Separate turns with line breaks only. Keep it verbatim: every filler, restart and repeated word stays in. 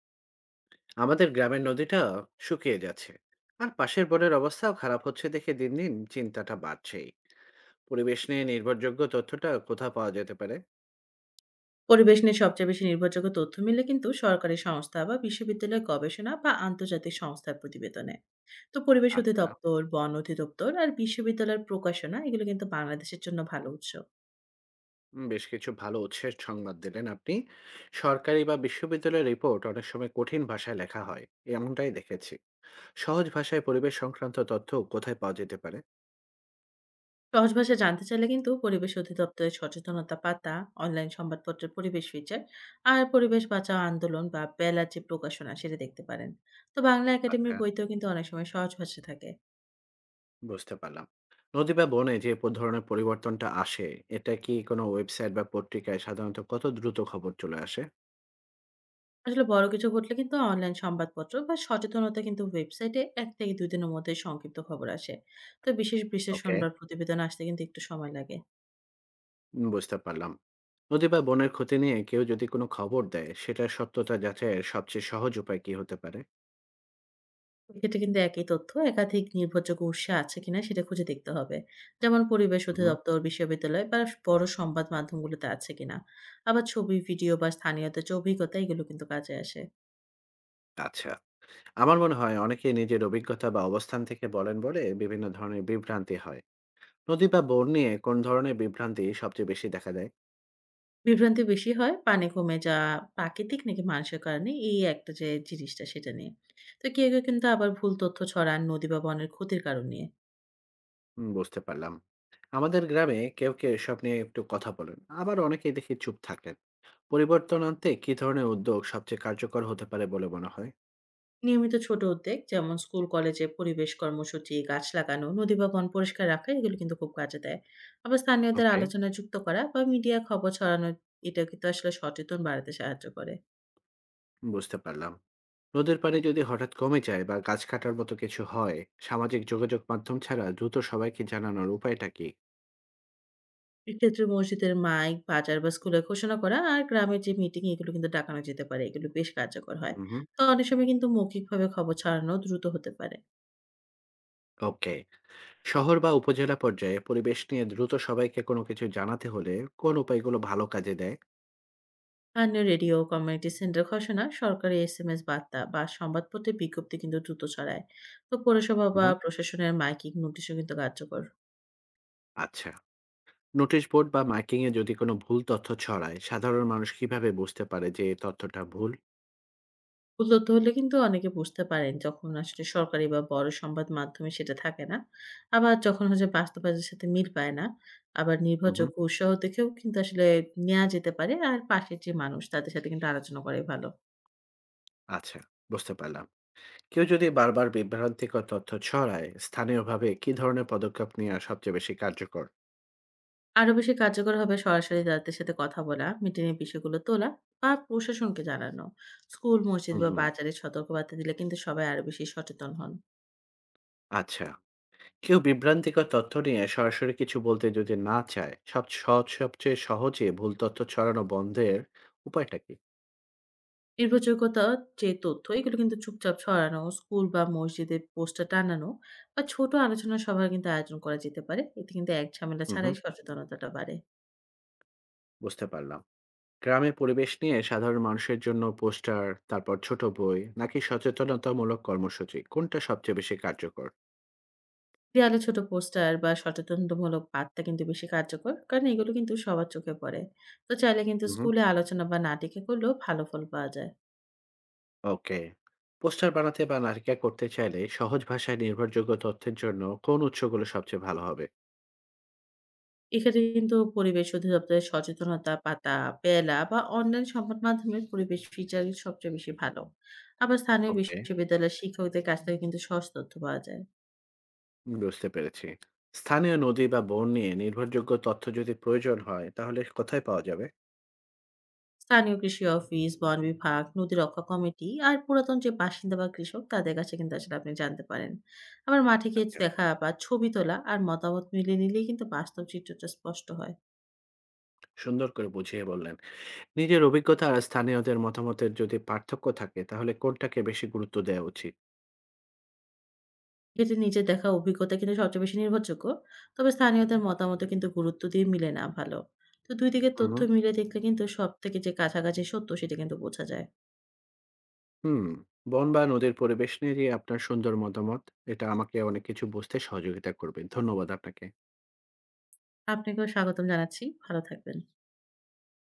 আমাদের গ্রামের নদীটা শুকিয়ে যাচ্ছে আর পাশের বনের অবস্থাও খারাপ হচ্ছে দেখে দিন দিন চিন্তাটা বাড়ছেই। পরিবেশ নিয়ে নির্ভরযোগ্য তথ্যটা কোথায় পাওয়া যেতে পারে?
পরিবেশ নিয়ে সবচেয়ে বেশি নির্ভরযোগ্য তথ্য মিলে কিন্তু সরকারি সংস্থা বা বিশ্ববিদ্যালয়ের গবেষণা বা আন্তর্জাতিক সংস্থার প্রতিবেদনে। তো পরিবেশ
আচ্ছা,
অধিদপ্তর, বন অধিদপ্তর আর বিশ্ববিদ্যালয়ের প্রকাশনা এগুলো কিন্তু বাংলাদেশের জন্য ভালো উৎস।
উম, বেশ কিছু ভালো উৎসের সংবাদ দিলেন আপনি। সরকারি বা বিশ্ববিদ্যালয়ের রিপোর্ট অনেক সময় কঠিন ভাষায় লেখা হয়, এমনটাই দেখেছি। সহজ ভাষায় পরিবেশ সংক্রান্ত তথ্য কোথায় পাওয়া যেতে পারে?
সহজ ভাষায় জানতে চাইলে কিন্তু পরিবেশ অধিদপ্তরের সচেতনতা পাতা, অনলাইন সংবাদপত্রের পরিবেশ ফিচার আর পরিবেশ বাঁচাও আন্দোলন বা বেলার যে প্রকাশনা সেটা দেখতে পারেন। তো বাংলা একাডেমির
আচ্ছা,
বইতেও কিন্তু অনেক সময় সহজ ভাষা থাকে।
বুঝতে পারলাম। নদী বা বনে যে প- ধরনের পরিবর্তনটা আসে, এটা কি কোনো ওয়েবসাইট বা পত্রিকায় সাধারণত কত দ্রুত খবর চলে আসে?
আসলে বড় কিছু ঘটলে কিন্তু অনলাইন সংবাদপত্র বা সচেতনতা কিন্তু ওয়েবসাইটে এক থেকে দুই দিনের মধ্যে সংক্ষিপ্ত খবর আসে। তো বিশেষ বিশ্লেষণ
ওকে,
বা প্রতিবেদন আসতে কিন্তু একটু সময় লাগে।
উম, বুঝতে পারলাম। নদী বা বনের ক্ষতি নিয়ে কেউ যদি কোনো খবর দেয়, সেটার সত্যতা যাচাইয়ের সবচেয়ে সহজ উপায় কি হতে পারে?
এক্ষেত্রে কিন্তু একই তথ্য একাধিক নির্ভরযোগ্য উৎসে আছে কিনা সেটা খুঁজে দেখতে হবে। যেমন পরিবেশ
হুম।
অধিদপ্তর, বিশ্ববিদ্যালয় বা বড় সংবাদ মাধ্যমগুলোতে আছে কিনা। আবার ছবি, ভিডিও বা স্থানীয়দের যে অভিজ্ঞতা এগুলো কিন্তু কাজে আসে।
আচ্ছা, আমার মনে হয় অনেকে নিজের অভিজ্ঞতা বা অবস্থান থেকে বলেন বলে বিভিন্ন ধরনের বিভ্রান্তি হয়। নদী বা বন নিয়ে কোন ধরনের বিভ্রান্তি সবচেয়ে বেশি দেখা দেয়?
বিভ্রান্তি বেশি হয়, পানি কমে যাওয়া প্রাকৃতিক নাকি মানুষের কারণে এই একটা যে জিনিসটা সেটা নিয়ে। তো কেউ, কেউ কিন্তু আবার ভুল তথ্য ছড়ান নদী বা বনের ক্ষতির কারণ নিয়ে।
হুম, বুঝতে পারলাম। আমাদের গ্রামে কেউ কেউ এসব নিয়ে একটু কথা বলেন, আবার অনেকেই দেখি চুপ থাকেন। পরিবর্তন আনতে কি ধরনের উদ্যোগ সবচেয়ে কার্যকর হতে পারে বলে মনে হয়?
নিয়মিত ছোট উদ্যোগ যেমন স্কুল, কলেজে পরিবেশ কর্মসূচি, গাছ লাগানো, নদী বা বন পরিষ্কার রাখা এগুলো কিন্তু খুব কাজে দেয়। আবার স্থানীয়দের
ওকে,
আলোচনায় যুক্ত করা বা মিডিয়ায় খবর ছড়ানো এটাও কিন্তু আসলে সচেতন বাড়াতে সাহায্য করে।
বুঝতে পারলাম। নদের পানি যদি হঠাৎ কমে যায় বা গাছ কাটার মতো কিছু হয়, সামাজিক যোগাযোগ মাধ্যম ছাড়া দ্রুত সবাইকে জানানোর উপায়টা কি?
এক্ষেত্রে মসজিদের মাইক, বাজার বা স্কুলে ঘোষণা করা আর গ্রামের যে মিটিং এগুলো কিন্তু ডাকানো যেতে পারে। এগুলো বেশ কার্যকর হয়।
হুম।
তো অনেক সময় কিন্তু মৌখিকভাবে খবর ছড়ানো দ্রুত হতে পারে।
ওকে, শহর বা উপজেলা পর্যায়ে পরিবেশ নিয়ে দ্রুত সবাইকে কোনো কিছু জানাতে হলে কোন উপায়গুলো ভালো কাজে দেয়?
স্থানীয় রেডিও, কমিউনিটি সেন্টার ঘোষণা, সরকারি এসএমএস বার্তা বা সংবাদপত্রে বিজ্ঞপ্তি কিন্তু দ্রুত ছড়ায়। তো পৌরসভা বা
হুম।
প্রশাসনের মাইকিং নোটিশও কিন্তু কার্যকর।
আচ্ছা, নোটিশ বোর্ড বা মাইকিং এ যদি কোনো ভুল তথ্য ছড়ায়, সাধারণ মানুষ কিভাবে বুঝতে পারে যে এই তথ্যটা ভুল?
উপলব্ধ হলে কিন্তু অনেকে বুঝতে পারেন যখন আসলে সরকারি বা বড় সংবাদ মাধ্যমে সেটা থাকে না। আবার যখন হচ্ছে বাস্তবতার সাথে মিল পায় না। আবার
হুম।
নির্ভরযোগ্য উৎসাহ দেখেও কিন্তু আসলে নেয়া যেতে পারে। আর পাশের যে মানুষ তাদের সাথে কিন্তু আলোচনা করাই ভালো।
আচ্ছা, বুঝতে পারলাম। কেউ যদি বারবার বিভ্রান্তিকর তথ্য ছড়ায়, স্থানীয়ভাবে কি ধরনের পদক্ষেপ নেওয়া সবচেয়ে বেশি কার্যকর?
আরো বেশি কার্যকর হবে সরাসরি তাদের সাথে কথা বলা, মিটিং এর বিষয়গুলো তোলা বা প্রশাসনকে জানানো। স্কুল, মসজিদ বা
হুম।
বাজারে সতর্কবার্তা দিলে কিন্তু সবাই আরো বেশি সচেতন হন।
আচ্ছা, কেউ বিভ্রান্তিকর তথ্য নিয়ে সরাসরি কিছু বলতে যদি না চায়, সব সহজ সবচেয়ে সহজে ভুল তথ্য ছড়ানো বন্ধের উপায়টা কি?
নির্ভরযোগ্যতার যে তথ্য এগুলো কিন্তু চুপচাপ ছড়ানো, স্কুল বা মসজিদে পোস্টার টানানো বা ছোট আলোচনা সভার কিন্তু আয়োজন করা যেতে পারে। এতে কিন্তু এক ঝামেলা
হুম,
ছাড়াই
হুম,
সচেতনতাটা বাড়ে।
বুঝতে পারলাম। গ্রামে পরিবেশ নিয়ে সাধারণ মানুষের জন্য পোস্টার, তারপর ছোট বই, নাকি সচেতনতামূলক কর্মসূচি, কোনটা সবচেয়ে বেশি কার্যকর?
দেয়ালে ছোট পোস্টার বা সচেতনতামূলক বার্তা কিন্তু বেশি কার্যকর। কারণ এগুলো কিন্তু সবার চোখে পড়ে। তো চাইলে কিন্তু
হুম, হুম।
স্কুলে আলোচনা বা নাটকে করলেও ভালো ফল পাওয়া যায়।
ওকে, পোস্টার বানাতে বা নারিকা করতে চাইলে সহজ ভাষায় নির্ভরযোগ্য তথ্যের জন্য কোন উৎসগুলো সবচেয়ে ভালো হবে?
এখানে কিন্তু পরিবেশ অধিদপ্তরের সচেতনতা পাতা, বেলা বা অনলাইন সংবাদ মাধ্যমে পরিবেশ ফিচার সবচেয়ে বেশি ভালো। আবার স্থানীয়
ওকে,
বিশ্ববিদ্যালয়ের শিক্ষকদের কাছ থেকে কিন্তু সহজ তথ্য পাওয়া যায়।
বুঝতে পেরেছি। স্থানীয় নদী বা বন নিয়ে নির্ভরযোগ্য তথ্য যদি প্রয়োজন হয়, তাহলে কোথায় পাওয়া যাবে?
স্থানীয় কৃষি অফিস, বন বিভাগ, নদী রক্ষা কমিটি আর পুরাতন যে বাসিন্দা বা কৃষক তাদের কাছে কিন্তু আসলে আপনি জানতে পারেন। আবার মাঠে গিয়ে
আচ্ছা,
দেখা বা ছবি তোলা আর মতামত মিলিয়ে নিলেই কিন্তু বাস্তব চিত্রটা স্পষ্ট হয়।
সুন্দর করে বুঝিয়ে বললেন। নিজের অভিজ্ঞতা আর স্থানীয়দের মতামতের যদি পার্থক্য থাকে, তাহলে কোনটাকে বেশি গুরুত্ব দেওয়া উচিত?
এটি নিজের দেখা অভিজ্ঞতা কিন্তু সবচেয়ে বেশি নির্ভরযোগ্য। তবে স্থানীয়দের মতামতও কিন্তু গুরুত্ব দিয়ে মিলে নেওয়া ভালো। তো দুই দিকের
হুম,
তথ্য
হুম,
মিলে দেখলে কিন্তু সবথেকে যে কাছাকাছি সত্য সেটা কিন্তু বোঝা যায়।
হুম, বন বা নদীর পরিবেশ নিয়ে যে আপনার সুন্দর মতামত, এটা আমাকে অনেক কিছু বুঝতে সহযোগিতা করবে। ধন্যবাদ আপনাকে।
আপনাকেও স্বাগতম জানাচ্ছি। ভালো থাকবেন।